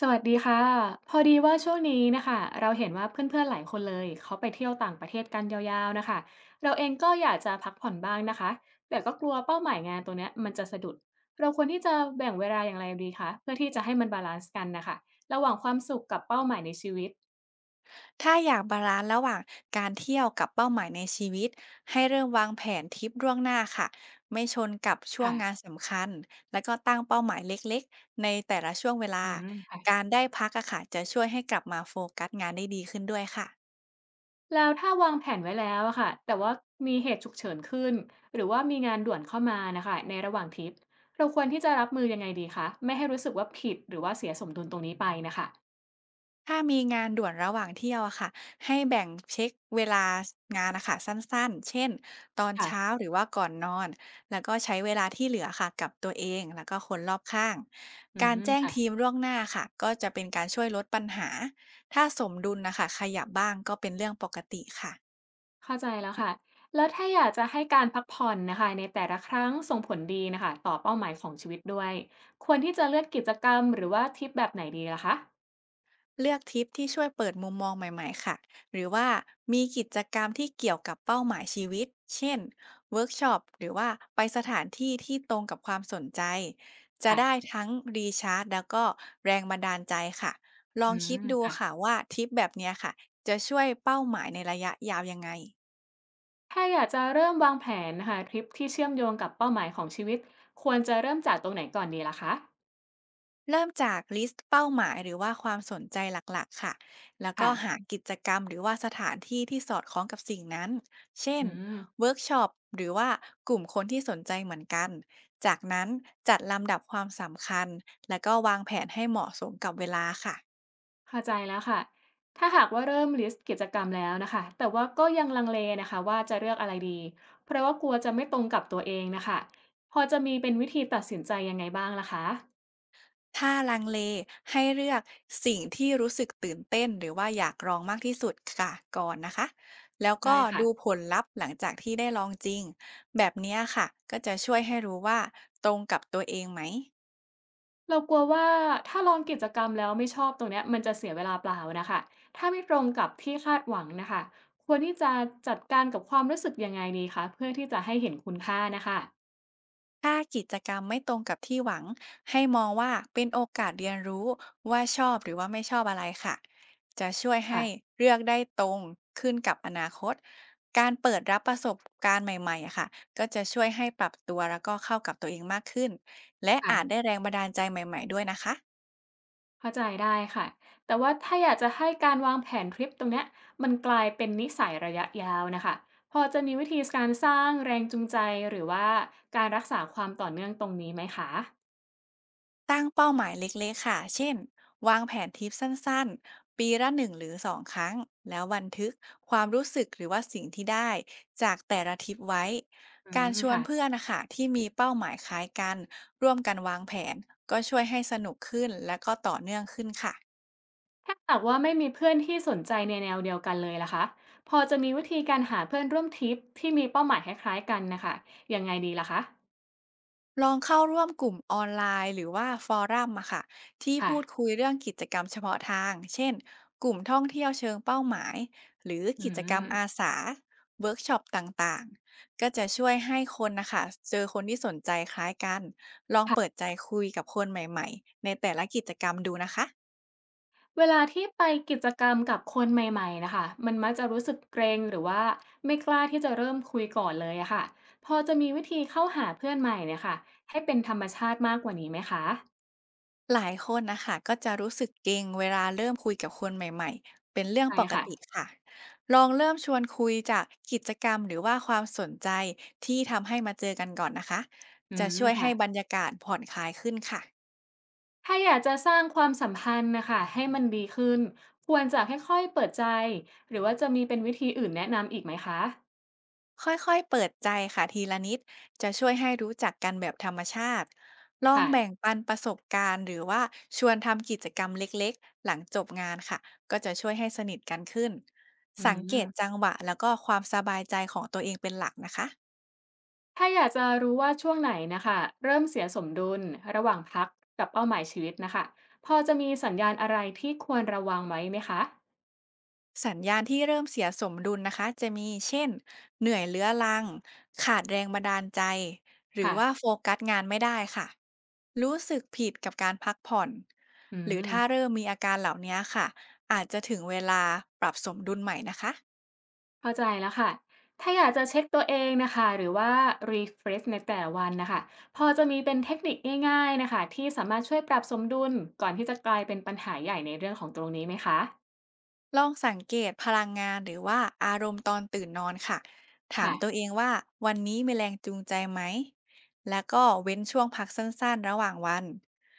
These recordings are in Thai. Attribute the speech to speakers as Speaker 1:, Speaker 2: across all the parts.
Speaker 1: สวัสดีค่ะพอดีว่าช่วงนี้นะคะเราเห็นว่าเพื่อนๆหลายคนเลยเขาไปเที่ยวต่างประเทศกันยาวๆนะคะเราเองก็อยากจะพักผ่อนบ้างนะคะแต่ก็กลัวเป้าหมายงานตัวเนี้ยมันจะสะดุดเราควรที่จะแบ่งเวลาอย่างไรดีคะเพื่อที่จะให้มันบาลานซ์กันนะคะระหว่างความสุขกับเป้าหมายในชีวิต
Speaker 2: ถ้าอยากบาลานซ์ระหว่างการเที่ยวกับเป้าหมายในชีวิตให้เริ่มวางแผนทริปล่วงหน้าค่ะไม่ชนกับช่วง
Speaker 1: ค่ะ
Speaker 2: งานสำคัญแล้วก็ตั้งเป้าหมายเล็กๆในแต่ละช่วงเวลา
Speaker 1: อืมค่ะ
Speaker 2: การได้พักอะค่ะจะช่วยให้กลับมาโฟกัสงานได้ดีขึ้นด้วยค่ะ
Speaker 1: แล้วถ้าวางแผนไว้แล้วอะค่ะแต่ว่ามีเหตุฉุกเฉินขึ้นหรือว่ามีงานด่วนเข้ามานะคะในระหว่างทริปเราควรที่จะรับมือยังไงดีคะไม่ให้รู้สึกว่าผิดหรือว่าเสียสมดุลตรงนี้ไปนะคะ
Speaker 2: ถ้ามีงานด่วนระหว่างเที่ยวอะค่ะให้แบ่งเช็คเวลางานนะคะสั้นๆเช่นตอน
Speaker 1: ค่ะ
Speaker 2: เช้าหรือว่าก่อนนอนแล้วก็ใช้เวลาที่เหลือค่ะกับตัวเองแล้วก็คนรอบข้าง
Speaker 1: อื
Speaker 2: การ
Speaker 1: ม
Speaker 2: แจ้งทีม
Speaker 1: ค่ะ
Speaker 2: ล่วงหน้าค่ะก็จะเป็นการช่วยลดปัญหาถ้าสมดุลนะคะขยับบ้างก็เป็นเรื่องปกติค่ะ
Speaker 1: เข้าใจแล้วค่ะแล้วถ้าอยากจะให้การพักผ่อนนะคะในแต่ละครั้งส่งผลดีนะคะต่อเป้าหมายของชีวิตด้วยควรที่จะเลือกกิจกรรมหรือว่าทริปแบบไหนดีล่ะคะ
Speaker 2: เลือกทริปที่ช่วยเปิดมุมมองใหม่ๆค่ะ หรือว่ามีกิจกรรมที่เกี่ยวกับเป้าหมายชีวิต เช่นเวิร์กช็อปหรือว่าไปสถานที่ที่ตรงกับความสนใจ จะได้
Speaker 1: ค่ะ
Speaker 2: ทั้งรีชาร์จแล้วก็แรงบันดาลใจค่ะ ลอ
Speaker 1: อื
Speaker 2: งคิ
Speaker 1: ม
Speaker 2: ดดู
Speaker 1: ค่ะ
Speaker 2: ค่ะว่าทริปแบบเนี้ยค่ะจะช่วยเป้าหมายในระยะยาวยังไง
Speaker 1: ถ้าอยากจะเริ่มวางแผนหาทริปที่เชื่อมโยงกับเป้าหมายของชีวิตควรจะเริ่มจากตรงไหนก่อนดีล่ะคะ
Speaker 2: เริ่มจากลิสต์เป้าหมายหรือว่าความสนใจหลักๆค่ะ แล้วก็
Speaker 1: ค่ะ
Speaker 2: หากิจกรรมหรือว่าสถานที่ที่สอดคล้องกับสิ่งนั้น เช่น
Speaker 1: อืม
Speaker 2: เวิร์กช็อปหรือว่ากลุ่มคนที่สนใจเหมือนกัน จากนั้นจัดลำดับความสำคัญแล้วก็วางแผนให้เหมาะสมกับเวลาค่ะ
Speaker 1: เข้าใจแล้วค่ะถ้าหากว่าเริ่มลิสต์กิจกรรมแล้วนะคะแต่ว่าก็ยังลังเลนะคะว่าจะเลือกอะไรดีเพราะว่ากลัวจะไม่ตรงกับตัวเองน่ะค่ะพอจะมีเป็นวิธีตัดสินใจยังไงบ้างล่ะคะ
Speaker 2: ถ้าลังเลให้เลือกสิ่งที่รู้สึกตื่นเต้นหรือว่าอยากลองมากที่สุดค่ะก่อนนะคะแล้วก็
Speaker 1: ได้
Speaker 2: ดู
Speaker 1: ค่ะ
Speaker 2: ผลลัพธ์หลังจากที่ได้ลองจริงแบบเนี้ยค่ะก็จะช่วยให้รู้ว่าตรงกับตัวเองไหม
Speaker 1: เรากลัวว่าถ้าลองกิจกรรมแล้วไม่ชอบตรงเนี้ยมันจะเสียเวลาเปล่านะคะถ้าไม่ตรงกับที่คาดหวังนะคะควรที่จะจัดการกับความรู้สึกยังไงดีคะเพื่อที่จะให้เห็นคุณค่านะคะ
Speaker 2: ถ้ากิจกรรมไม่ตรงกับที่หวังให้มองว่าเป็นโอกาสเรียนรู้ว่าชอบหรือว่าไม่ชอบอะไรค่ะจะช่วยให้
Speaker 1: ค่ะ
Speaker 2: เลือกได้ตรงขึ้นกับอนาคตการเปิดรับประสบการณ์ใหม่ๆอะค่ะก็จะช่วยให้ปรับตัวแล้วก็เข้ากับตัวเองมากขึ้นและ
Speaker 1: ค่ะ
Speaker 2: อาจได้แรงบันดาลใจใหม่ๆด้วยนะคะ
Speaker 1: เข้าใจได้ค่ะแต่ว่าถ้าอยากจะให้การวางแผนทริปตรงเนี้ยมันกลายเป็นนิสัยระยะยาวนะคะพอจะมีวิธีการสร้างแรงจูงใจหรือว่าการรักษาความต่อเนื่องตรงนี้ไหมคะ
Speaker 2: ตั้งเป้าหมายเล็กๆค่ะ เช่น วางแผนทริปสั้นๆ ปีละหนึ่งหรือสองครั้ง แล้วบันทึกความรู้สึกหรือว่าสิ่งที่ได้จากแต่ละทริปไว้
Speaker 1: อื
Speaker 2: การ
Speaker 1: ม
Speaker 2: ชวนเพื่อ
Speaker 1: ค่ะ
Speaker 2: นนะค่ะที่มีเป้าหมายคล้ายกันร่วมกันวางแผนก็ช่วยให้สนุกขึ้นและก็ต่อเนื่องขึ้นค่ะ
Speaker 1: ถ้าหากว่าไม่มีเพื่อนที่สนใจในแนวเดียวกันเลยล่ะคะพอจะมีวิธีการหาเพื่อนร่วมทริปที่มีเป้าหมายคล้ายๆกันนะคะยังไงดีล่ะคะ
Speaker 2: ลองเข้าร่วมกลุ่มออนไลน์หรือว่าฟอรัมอะค่ะที่
Speaker 1: ค่ะ
Speaker 2: พูดคุยเรื่องกิจกรรมเฉพาะทางเช่นกลุ่มท่องเที่ยวเชิงเป้าหมายหรือ
Speaker 1: อื
Speaker 2: กิจกรรม
Speaker 1: ม
Speaker 2: อาสาเวิร์กช็อปต่างๆก็จะช่วยให้คนนะคะเจอคนที่สนใจคล้ายกันลองเปิด
Speaker 1: ค่ะ
Speaker 2: ใจคุยกับคนใหม่ๆในแต่ละกิจกรรมดูนะคะ
Speaker 1: เวลาที่ไปกิจกรรมกับคนใหม่ๆนะคะมันมักจะรู้สึกเกรงหรือว่าไม่กล้าที่จะเริ่มคุยก่อนเลยอะค่ะพอจะมีวิธีเข้าหาเพื่อนใหม่เนี่ยค่ะให้เป็นธรรมชาติมากกว่านี้ไหมคะ
Speaker 2: หลายคนนะคะก็จะรู้สึกเกรงเวลาเริ่มคุยกับคนใหม่ๆ เป็นเรื่อง
Speaker 1: ใช่
Speaker 2: ปกติ
Speaker 1: ค่ะ
Speaker 2: ค่ะ ลองเริ่มชวนคุยจากกิจกรรมหรือว่าความสนใจที่ทำให้มาเจอกันก่อนนะคะ
Speaker 1: อื
Speaker 2: จะ
Speaker 1: ม
Speaker 2: ช่วยให้
Speaker 1: ค่ะ
Speaker 2: บรรยากาศผ่อนคลายขึ้นค่ะ
Speaker 1: ถ้าอยากจะสร้างความสัมพันธ์นะคะให้มันดีขึ้นควรจะค่อยๆเปิดใจหรือว่าจะมีเป็นวิธีอื่นแนะนำอีกไหมคะ
Speaker 2: ค่อยๆเปิดใจค่ะทีละนิดจะช่วยให้รู้จักกันแบบธรรมชาติลอง
Speaker 1: ค่ะ
Speaker 2: แบ่งปันประสบการณ์หรือว่าชวนทำกิจกรรมเล็กๆ หลังจบงานค่ะก็จะช่วยให้สนิทกันขึ้น
Speaker 1: อื
Speaker 2: สังเกตจั
Speaker 1: ม
Speaker 2: งหวะแล้วก็ความสบายใจของตัวเองเป็นหลักนะคะ
Speaker 1: ถ้าอยากจะรู้ว่าช่วงไหนนะคะเริ่มเสียสมดุลระหว่างพักกับเป้าหมายชีวิตนะคะพอจะมีสัญญาณอะไรที่ควรระวังไว้ไหมคะ
Speaker 2: สัญญาณที่เริ่มเสียสมดุลนะคะจะมีเช่นเหนื่อยเรื้อรังขาดแรงบันดาลใจหรือ
Speaker 1: ค่ะ
Speaker 2: ว่าโฟกัสงานไม่ได้ค่ะรู้สึกผิดกับการพักผ่อน
Speaker 1: อื
Speaker 2: หรือถ้า
Speaker 1: ม
Speaker 2: เริ่มมีอาการเหล่านี้ค่ะอาจจะถึงเวลาปรับสมดุลใหม่นะคะ
Speaker 1: เข้าใจแล้วค่ะ ถ้าอยากจะเช็คตัวเองนะคะหรือว่า refresh ในแต่ละวันนะคะพอจะมีเป็นเทคนิคง่ายๆนะคะที่สามารถช่วยปรับสมดุลก่อนที่จะกลายเป็นปัญหาใหญ่ในเรื่องของตรงนี้ไหมคะ
Speaker 2: ลองสังเกตพลังงานหรือว่าอารมณ์ตอนตื่นนอนค่ะถาม
Speaker 1: ค่ะ
Speaker 2: ตัวเองว่าวันนี้มีแรงจูงใจไหมแล้วก็เว้นช่วงพักสั้นๆระหว่างวัน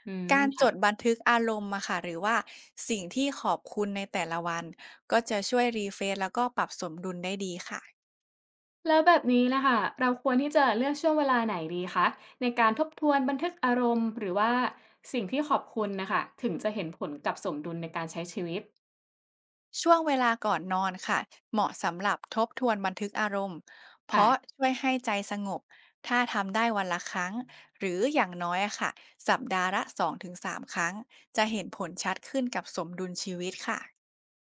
Speaker 1: อืม
Speaker 2: การจ
Speaker 1: ค่ะ
Speaker 2: ดบันทึกอารมณ์มาค่ะหรือว่าสิ่งที่ขอบคุณในแต่ละวันก็จะช่วยรีเฟรชแล้วก็ปรับสมดุลได้ดีค่ะ
Speaker 1: แล้วแบบนี้นะคะเราควรที่จะเลือกช่วงเวลาไหนดีคะในการทบทวนบันทึกอารมณ์หรือว่าสิ่งที่ขอบคุณนะคะถึงจะเห็นผลกับสมดุลในการใช้ชีวิต
Speaker 2: ช่วงเวลาก่อนนอนค่ะเหมาะสำหรับทบทวนบันทึกอารมณ์เพ
Speaker 1: ค่ะ
Speaker 2: ราะช่วยให้ใจสงบถ้าทำได้วันละครั้งหรืออย่างน้อยอะค่ะสัปดาห์ละ2-3ครั้งจะเห็นผลชัดขึ้นกับสมดุลชีวิตค่ะ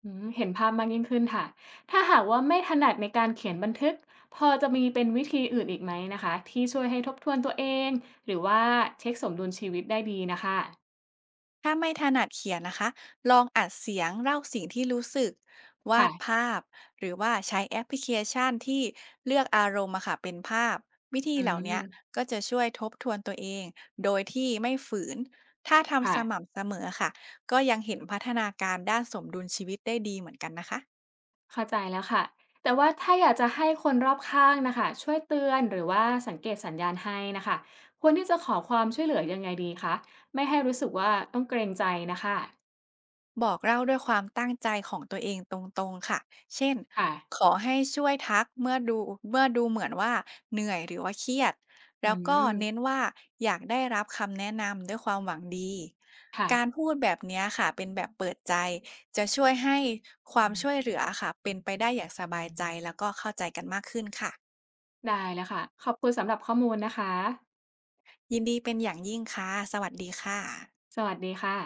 Speaker 1: อืมเห็นภาพมากยิ่งขึ้นค่ะ ถ้าหากว่าไม่ถนัดในการเขียนบันทึก พอจะมีเป็นวิธีอื่นอีกไหมนะคะที่ช่วยให้ทบทวนตัวเองหรือว่าเช็คสมดุลชีวิตได้ดีนะคะ
Speaker 2: ถ้าไม่ถนัดเขียนนะคะ ลองอัดเสียงเล่าสิ่งที่รู้สึกวาด
Speaker 1: ค่ะ
Speaker 2: ภาพหรือว่าใช้แอปพลิเคชันที่เลือกอารมณ์มาค่ะเป็นภาพวิธี
Speaker 1: อื
Speaker 2: เหล่าเนี้
Speaker 1: ม
Speaker 2: ยก็จะช่วยทบทวนตัวเองโดยที่ไม่ฝืนถ้าทำส
Speaker 1: ค่ะ
Speaker 2: ม่ำเสมอค่ะก็ยังเห็นพัฒนาการด้านสมดุลชีวิตได้ดีเหมือนกันนะคะ
Speaker 1: เข้าใจแล้วค่ะแต่ว่าถ้าอยากจะให้คนรอบข้างนะคะช่วยเตือนหรือว่าสังเกตสัญญาณให้นะคะควรที่จะขอความช่วยเหลือยังไงดีคะไม่ให้รู้สึกว่าต้องเกรงใจนะคะ
Speaker 2: บอกเล่าด้วยความตั้งใจของตัวเองตรงๆค่ะ เช่น
Speaker 1: ค่ะ
Speaker 2: ขอให้ช่วยทักเมื่อดูเหมือนว่าเหนื่อยหรือว่าเครียด
Speaker 1: อื
Speaker 2: แล้วก็เน้น
Speaker 1: ม
Speaker 2: ว่าอยากได้รับคำแนะนำด้วยความหวังดี
Speaker 1: ค่ะ
Speaker 2: การพูดแบบเนี้ยค่ะเป็นแบบเปิดใจจะช่วยให้ความช่วยเหลือค่ะเป็นไปได้อย่างสบายใจแล้วก็เข้าใจกันมากขึ้นค่ะ
Speaker 1: ได้แล้วค่ะขอบคุณสำหรับข้อมูลนะคะ
Speaker 2: ยินดีเป็นอย่างยิ่งค่ะสวัสดีค่ะ
Speaker 1: สวัสดีค่ะ